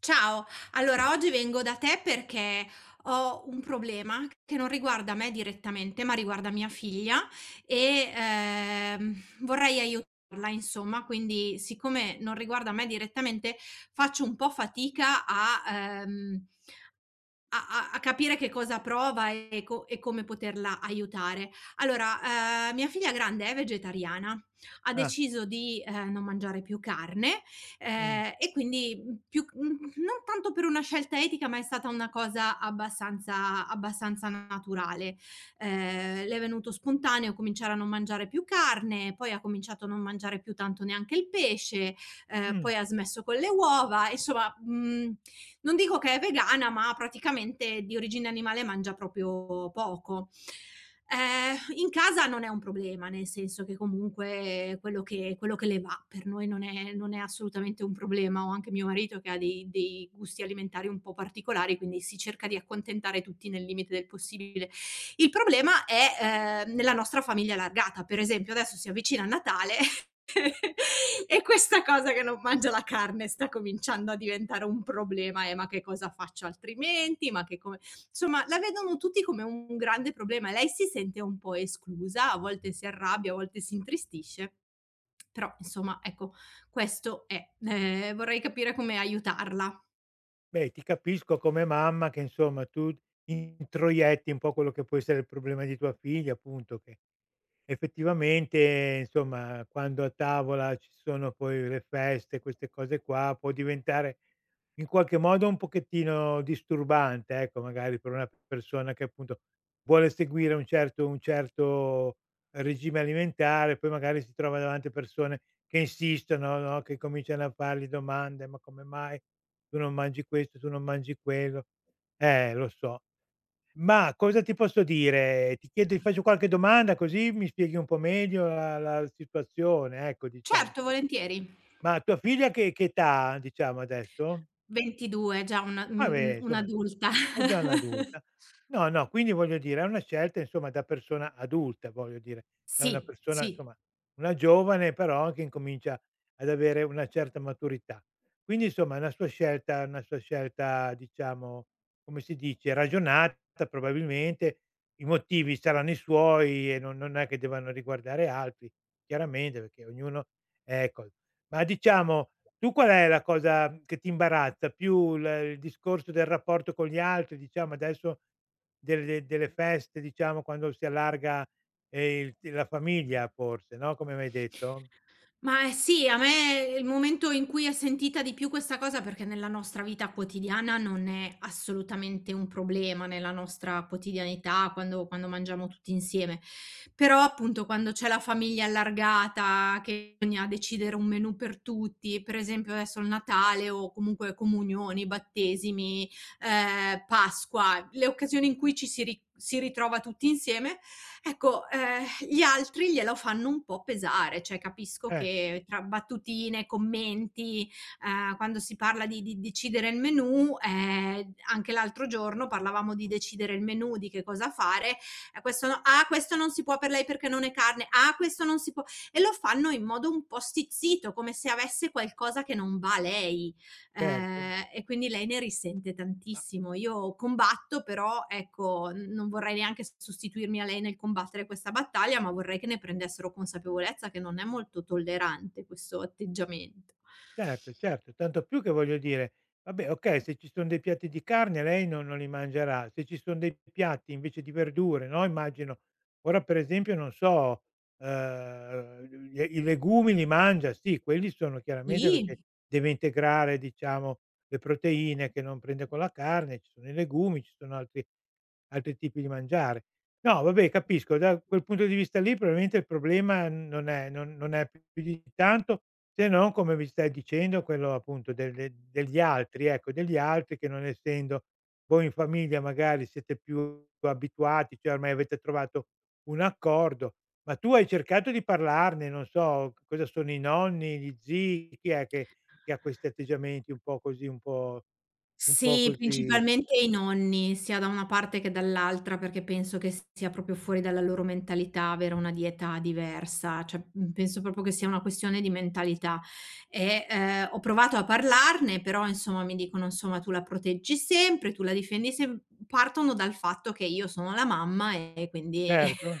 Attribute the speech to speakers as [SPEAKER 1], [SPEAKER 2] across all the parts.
[SPEAKER 1] Ciao, allora oggi vengo da te perché ho un problema che non riguarda me direttamente, ma riguarda mia figlia e vorrei aiutarla, insomma, quindi siccome non riguarda me direttamente, faccio un po' fatica ehm, a capire che cosa prova e come poterla aiutare. Allora, mia figlia grande è vegetariana, ha
[SPEAKER 2] Ah,
[SPEAKER 1] deciso di, non mangiare più carne,
[SPEAKER 2] mh,
[SPEAKER 1] e quindi, più non tanto per una scelta etica, ma è stata una cosa abbastanza abbastanza naturale. Le è venuto spontaneo cominciare a non mangiare più carne, poi ha cominciato a non mangiare più tanto neanche il pesce,
[SPEAKER 2] mh.
[SPEAKER 1] poi ha smesso con le uova, insomma, non dico che è vegana, ma praticamente di origine animale mangia proprio poco. In casa non è un problema, nel senso che comunque quello che le va per noi non è assolutamente un problema. Ho anche mio marito che ha dei gusti alimentari un po' particolari, quindi si cerca di accontentare tutti nel limite del possibile. Il problema è nella nostra famiglia allargata. Per esempio, adesso si avvicina a Natale e questa cosa che non mangia la carne sta cominciando a diventare un problema. Ma che cosa faccio altrimenti? Ma che come Insomma, la vedono tutti come un grande problema e lei si sente un po' esclusa, a volte si arrabbia, a volte si intristisce. Però, insomma, ecco, questo è. Vorrei capire come aiutarla.
[SPEAKER 2] Beh, ti capisco come mamma che, insomma, tu introietti un po' quello che può essere il problema di tua figlia, appunto, che effettivamente, insomma, quando a tavola ci sono poi le feste, queste cose qua, può diventare in qualche modo un pochettino disturbante, ecco, magari per una persona che appunto vuole seguire un certo regime alimentare, poi magari si trova davanti a persone che insistono, no, che cominciano a fargli domande: "Ma come mai tu non mangi questo, tu non mangi quello?" Lo so. Ma cosa ti posso dire? Ti faccio qualche domanda così mi spieghi un po' meglio la situazione, ecco, diciamo.
[SPEAKER 1] Certo, volentieri.
[SPEAKER 2] Ma tua figlia che età ha, diciamo, adesso?
[SPEAKER 1] 22, già
[SPEAKER 2] Vabbè, insomma,
[SPEAKER 1] un'adulta.
[SPEAKER 2] è già un'adulta. No, no, quindi voglio dire, è una scelta insomma da persona adulta, voglio dire, da una
[SPEAKER 1] Sì,
[SPEAKER 2] persona
[SPEAKER 1] sì.
[SPEAKER 2] insomma, una giovane però che incomincia ad avere una certa maturità. Quindi insomma è una sua scelta diciamo, come si dice, ragionata probabilmente, i motivi saranno i suoi e non è che devono riguardare altri, chiaramente, perché ognuno ecco. Ma diciamo tu qual è la cosa che ti imbarazza? Più l Il discorso del rapporto con gli altri, diciamo adesso delle feste, diciamo quando si allarga, il la famiglia forse, no, come m'hai detto?
[SPEAKER 1] Ma, sì, a me il momento in cui è sentita di più questa cosa perché nella nostra vita quotidiana non è assolutamente un problema, nella nostra quotidianità, quando mangiamo tutti insieme. Però, appunto, quando c'è la famiglia allargata, che bisogna decidere un menù per tutti, per esempio adesso il Natale o comunque comunioni, battesimi, Pasqua, le occasioni in cui ci si ritrova tutti insieme. Ecco, gli altri glielo fanno un po' pesare, cioè capisco
[SPEAKER 2] Eh,
[SPEAKER 1] che tra battutine, commenti, quando si parla di decidere il menù, anche l'altro giorno parlavamo di decidere il menù, di che cosa fare, questo no: "Ah, questo non si può per lei perché non è carne, ah, questo non si può", e lo fanno in modo un po' stizzito, come se avesse qualcosa che non va a lei.
[SPEAKER 2] certo.
[SPEAKER 1] E quindi lei ne risente
[SPEAKER 2] Ma
[SPEAKER 1] tantissimo. Io combatto però, ecco, n non vorrei neanche s sostituirmi a lei nel combattere questa battaglia, ma vorrei che ne prendessero consapevolezza che non è molto tollerante questo atteggiamento.
[SPEAKER 2] Certo, certo, tanto più che voglio dire, vabbè okay, se ci son dei piatti di carne lei non li mangerà, se ci son dei piatti invece di verdure, no, immagino. Ora per esempio non so, i legumi li mangia, sì, quelli sono chiaramente perché
[SPEAKER 1] Sì.
[SPEAKER 2] deve integrare diciamo le proteine che non prende con la carne, ci sono i legumi, ci sono altri tipi di mangiare. No, vabbè capisco, da quel punto di vista lì probabilmente il problema non è non è più di tanto se non, come mi stai dicendo, quello appunto del de degli altri, ecco, degli altri che non essendo voi in famiglia magari siete più abituati, cioè ormai avete trovato un accordo, ma tu hai cercato di parlarne, non so, cosa sono i nonni, gli zii, chi è che ha questi atteggiamenti un po' così, un po'
[SPEAKER 1] Sì,
[SPEAKER 2] così,
[SPEAKER 1] principalmente i nonni, sia da una parte che dall'altra, perché penso che sia proprio fuori dalla loro mentalità avere una dieta diversa, cioè, penso proprio che sia una questione di mentalità. E, ho provato a parlarne, però insomma mi dicono: "Insomma, tu la proteggi sempre, tu la difendi sem", partono dal fatto che io sono la mamma e quindi
[SPEAKER 2] certo?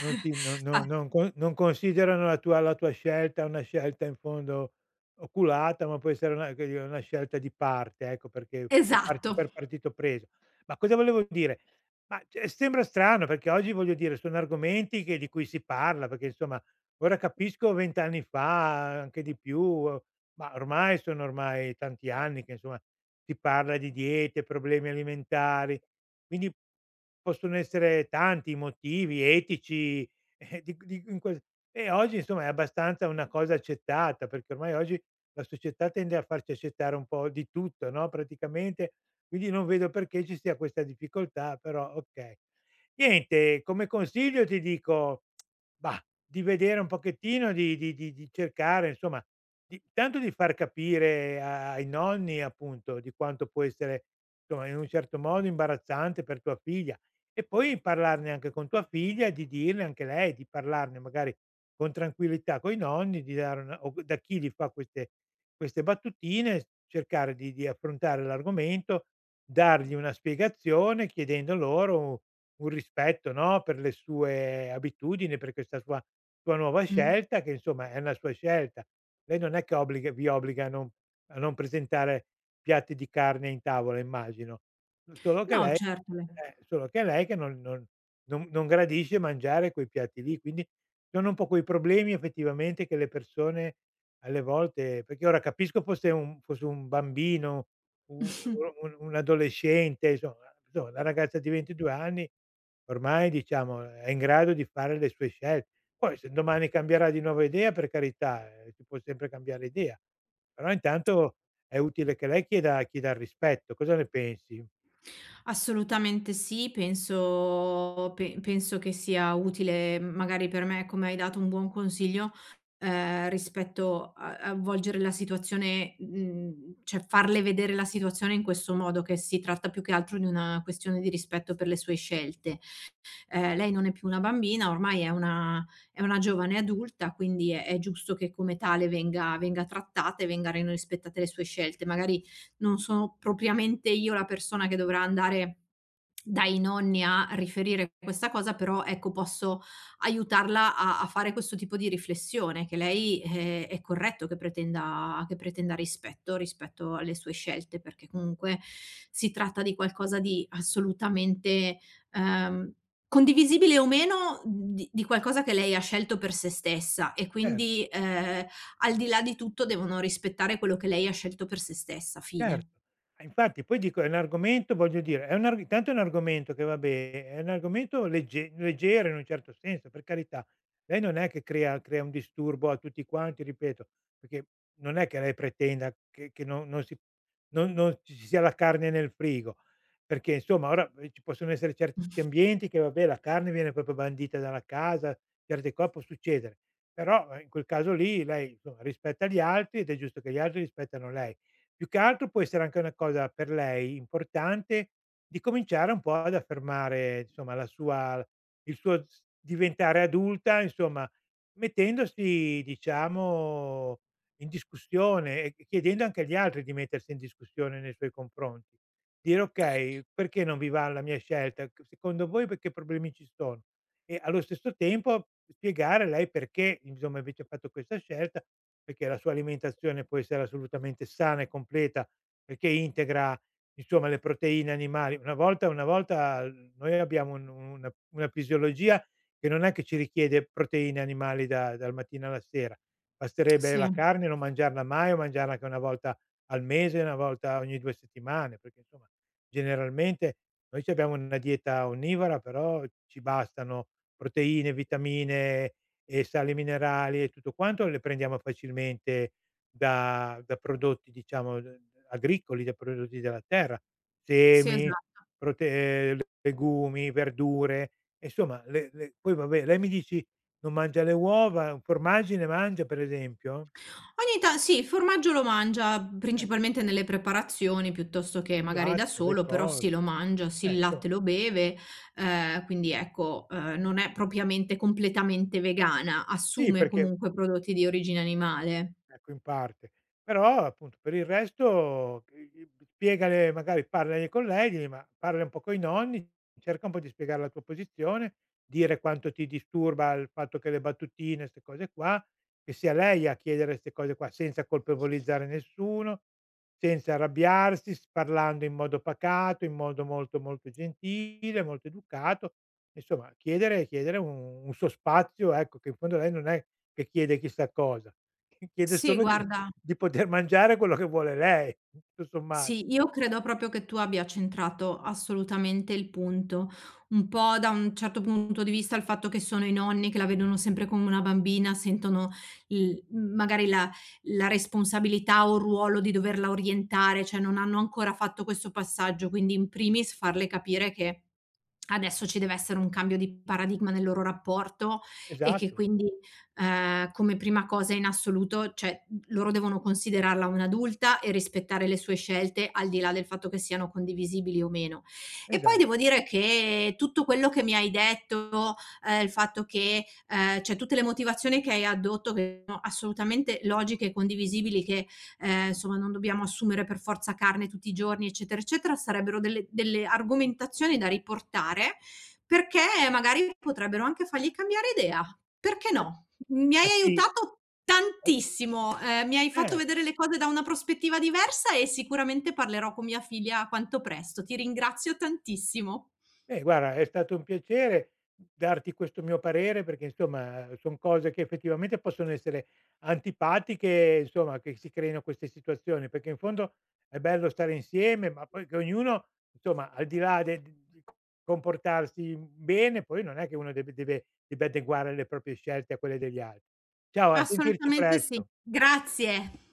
[SPEAKER 2] Non ti no
[SPEAKER 1] fa
[SPEAKER 2] no non considerano la tua scelta una scelta in fondo oculata, ma può essere una, che dire, una scelta di parte, ecco, perché parti
[SPEAKER 1] esatto.
[SPEAKER 2] per partito preso. Ma cosa volevo dire? Ma, cioè, sembra strano perché oggi, voglio dire, sono argomenti che di cui si parla, perché insomma ora capisco 20 anni fa, anche di più, ma ormai sono ormai tanti anni che insomma si parla di diete, problemi alimentari, quindi possono essere tanti i motivi etici, di in quel e oggi insomma è abbastanza una cosa accettata, perché ormai oggi la società tende a farci accettare un po' di tutto, no, praticamente, quindi non vedo perché ci sia questa difficoltà, però okay. Niente, come consiglio ti dico, mah, di vedere un pochettino di cercare insomma, di tanto di far capire a ai nonni appunto di quanto può essere, insomma, in un certo modo imbarazzante per tua figlia. E poi parlarne anche con tua figlia e di dirle anche lei, di parlarne magari con tranquillità coi nonni, di dare una o da chi li fa queste battutine, cercare di affrontare l'argomento, dargli una spiegazione, chiedendo loro un rispetto, no, per le sue abitudini, per questa sua nuova
[SPEAKER 1] Mh.
[SPEAKER 2] scelta che insomma è una sua scelta. Lei non è che obbliga vi obbliga a non presentare piatti di carne in tavola immagino. Solo che
[SPEAKER 1] No,
[SPEAKER 2] lei,
[SPEAKER 1] certo.
[SPEAKER 2] solo che lei che non gradisce mangiare quei piatti lì, quindi sono un po' quei problemi effettivamente che le persone alle volte, perché ora capisco fosse un bambino, un
[SPEAKER 1] le
[SPEAKER 2] un adolescente, insomma una ragazza di 22 anni ormai diciamo è in grado di fare le sue scelte. Poi se domani cambierà di nuovo idea, per carità, si può sempre cambiare idea, però intanto è utile che lei chieda il rispetto. Cosa ne pensi?
[SPEAKER 1] Assolutamente sì, penso che sia utile, magari per me, come hai dato un buon consiglio, rispetto a volgere la situazione, cioè farle vedere la situazione in questo modo, che si tratta più che altro di una questione di rispetto per le sue scelte. Lei non è più una bambina, ormai è una giovane adulta, quindi è giusto che come tale venga trattata e vengano rispettate le sue scelte. Magari non sono propriamente io la persona che dovrà andare dai nonni a riferire questa cosa, però ecco posso aiutarla a fare questo tipo di riflessione, che lei, è corretto che pretenda rispetto alle sue scelte, perché comunque si tratta di qualcosa di assolutamente ehm, Condivisibile o meno, di qualcosa che lei ha scelto per se stessa e
[SPEAKER 2] Certo.
[SPEAKER 1] quindi, al di là di tutto devono rispettare quello che lei ha scelto per se stessa, fine.
[SPEAKER 2] Certo. Ah, infatti poi dico è un argomento, voglio dire, è un arg intanto è un argomento che vabbè, è un argomento leggero in un certo senso, per carità. Lei non è che crea un disturbo a tutti quanti, ripeto, perché non è che lei pretenda che non non non ci sia la carne nel frigo, perché insomma ora, ci possono essere certi ambienti che vabbè, la carne viene proprio bandita dalla casa, certe co può succedere. Però, in quel caso lì lei, insomma, rispetta gli altri ed è giusto che gli altri rispettano lei. Più che altro può essere anche una cosa per lei importante di cominciare un po' ad affermare, insomma, la sua il suo s diventare adulta, insomma, mettendosi, diciamo, in discussione e chiedendo anche agli altri di mettersi in discussione nei suoi confronti. Dire: "Okay, perché non vi va la mia scelta? C Secondo voi p che problemi ci sono?" E allo stesso tempo spiegare lei perché, insomma, invece ha fatto questa scelta, perché la sua alimentazione può essere assolutamente sana e completa, perché integra insomma le proteine animali. Una volta l Noi abbiamo un una fisiologia che non è che ci richiede proteine animali da dal mattino alla sera. Basterebbe la
[SPEAKER 1] Sì,
[SPEAKER 2] carne non mangiarla mai o mangiarla anche una volta al mese, una volta ogni 2 settimane, perché insomma generalmente noi c'abbiamo una dieta onnivora, però ci bastano proteine, vitamine, e sali minerali e tutto quanto le prendiamo facilmente da prodotti diciamo d agricoli, da prodotti della terra,
[SPEAKER 1] sì,
[SPEAKER 2] semi,
[SPEAKER 1] esatto.
[SPEAKER 2] prote legumi, verdure, e insomma le poi vabbè lei mi dici: "Non mangia le uova, formaggi ne mangia per esempio?"
[SPEAKER 1] Ogni ta Sì, il formaggio lo mangia,
[SPEAKER 2] Ecco,
[SPEAKER 1] principalmente nelle preparazioni piuttosto che
[SPEAKER 2] il
[SPEAKER 1] magari
[SPEAKER 2] latte,
[SPEAKER 1] da
[SPEAKER 2] le
[SPEAKER 1] solo, però
[SPEAKER 2] cose,
[SPEAKER 1] sì, lo mangia, sì,
[SPEAKER 2] eh,
[SPEAKER 1] il
[SPEAKER 2] insomma
[SPEAKER 1] latte lo beve, quindi ecco, non è propriamente completamente vegana,
[SPEAKER 2] sì
[SPEAKER 1] assume
[SPEAKER 2] perché,
[SPEAKER 1] comunque prodotti di origine animale.
[SPEAKER 2] ecco, in parte. Però appunto per il resto i spiegale, magari parla ai colleghi, ma parla un po' coi nonni, cerca un po' di spiegare la tua posizione, dire quanto ti disturba il fatto che le battutine, 'ste cose qua, che sia lei a chiedere 'ste cose qua, senza colpevolizzare nessuno, senza arrabbiarsi, s parlando in modo pacato, in modo molto, molto gentile, molto educato. Insomma chiedere un suo spazio, ecco, che in fondo lei non è che chiede chissà cosa. Che chiede
[SPEAKER 1] Sì,
[SPEAKER 2] solo
[SPEAKER 1] guarda.
[SPEAKER 2] di poter mangiare quello che vuole lei, tutto sommato.
[SPEAKER 1] Sì, io credo proprio che tu abbia centrato assolutamente il punto. Un po' da un certo punto di vista il fatto che sono i nonni che la vedono sempre come una bambina, sentono il magari la la responsabilità o il ruolo di doverla orientare, cioè non hanno ancora fatto questo passaggio, quindi in primis farle capire che adesso ci deve essere un cambio di paradigma nel loro rapporto e che
[SPEAKER 2] Esatto,
[SPEAKER 1] quindi, come prima cosa in assoluto, cioè loro devono considerarla un'adulta e rispettare le sue scelte, al di là del fatto che siano condivisibili o meno. E poi devo
[SPEAKER 2] esatto.
[SPEAKER 1] dire che tutto quello che mi hai detto, il fatto che cioè tutte le motivazioni che hai addotto, che sono assolutamente logiche e condivisibili, che, insomma non dobbiamo assumere per forza carne tutti i giorni, eccetera, eccetera, sarebbero delle argomentazioni da riportare, perché magari potrebbero anche fargli cambiare idea. Perché
[SPEAKER 2] Per
[SPEAKER 1] no? Mi hai
[SPEAKER 2] a chi
[SPEAKER 1] aiutato
[SPEAKER 2] eh,
[SPEAKER 1] tantissimo, mi hai fatto
[SPEAKER 2] eh.
[SPEAKER 1] vedere le cose da una prospettiva diversa e sicuramente parlerò con mia figlia quanto presto. Ti ringrazio tantissimo.
[SPEAKER 2] Beh, guarda, è stato un piacere darti questo mio parere perché, insomma, son cose che effettivamente possono essere antipatiche, insomma, che si creino queste situazioni, perché in fondo è bello stare insieme, ma poi che ognuno, insomma, al di là de di comportarsi bene, poi non è che uno deve adeguare le proprie scelte a quelle degli altri. Ciao, a sentirci
[SPEAKER 1] Assolutamente sì.
[SPEAKER 2] presto.
[SPEAKER 1] Grazie.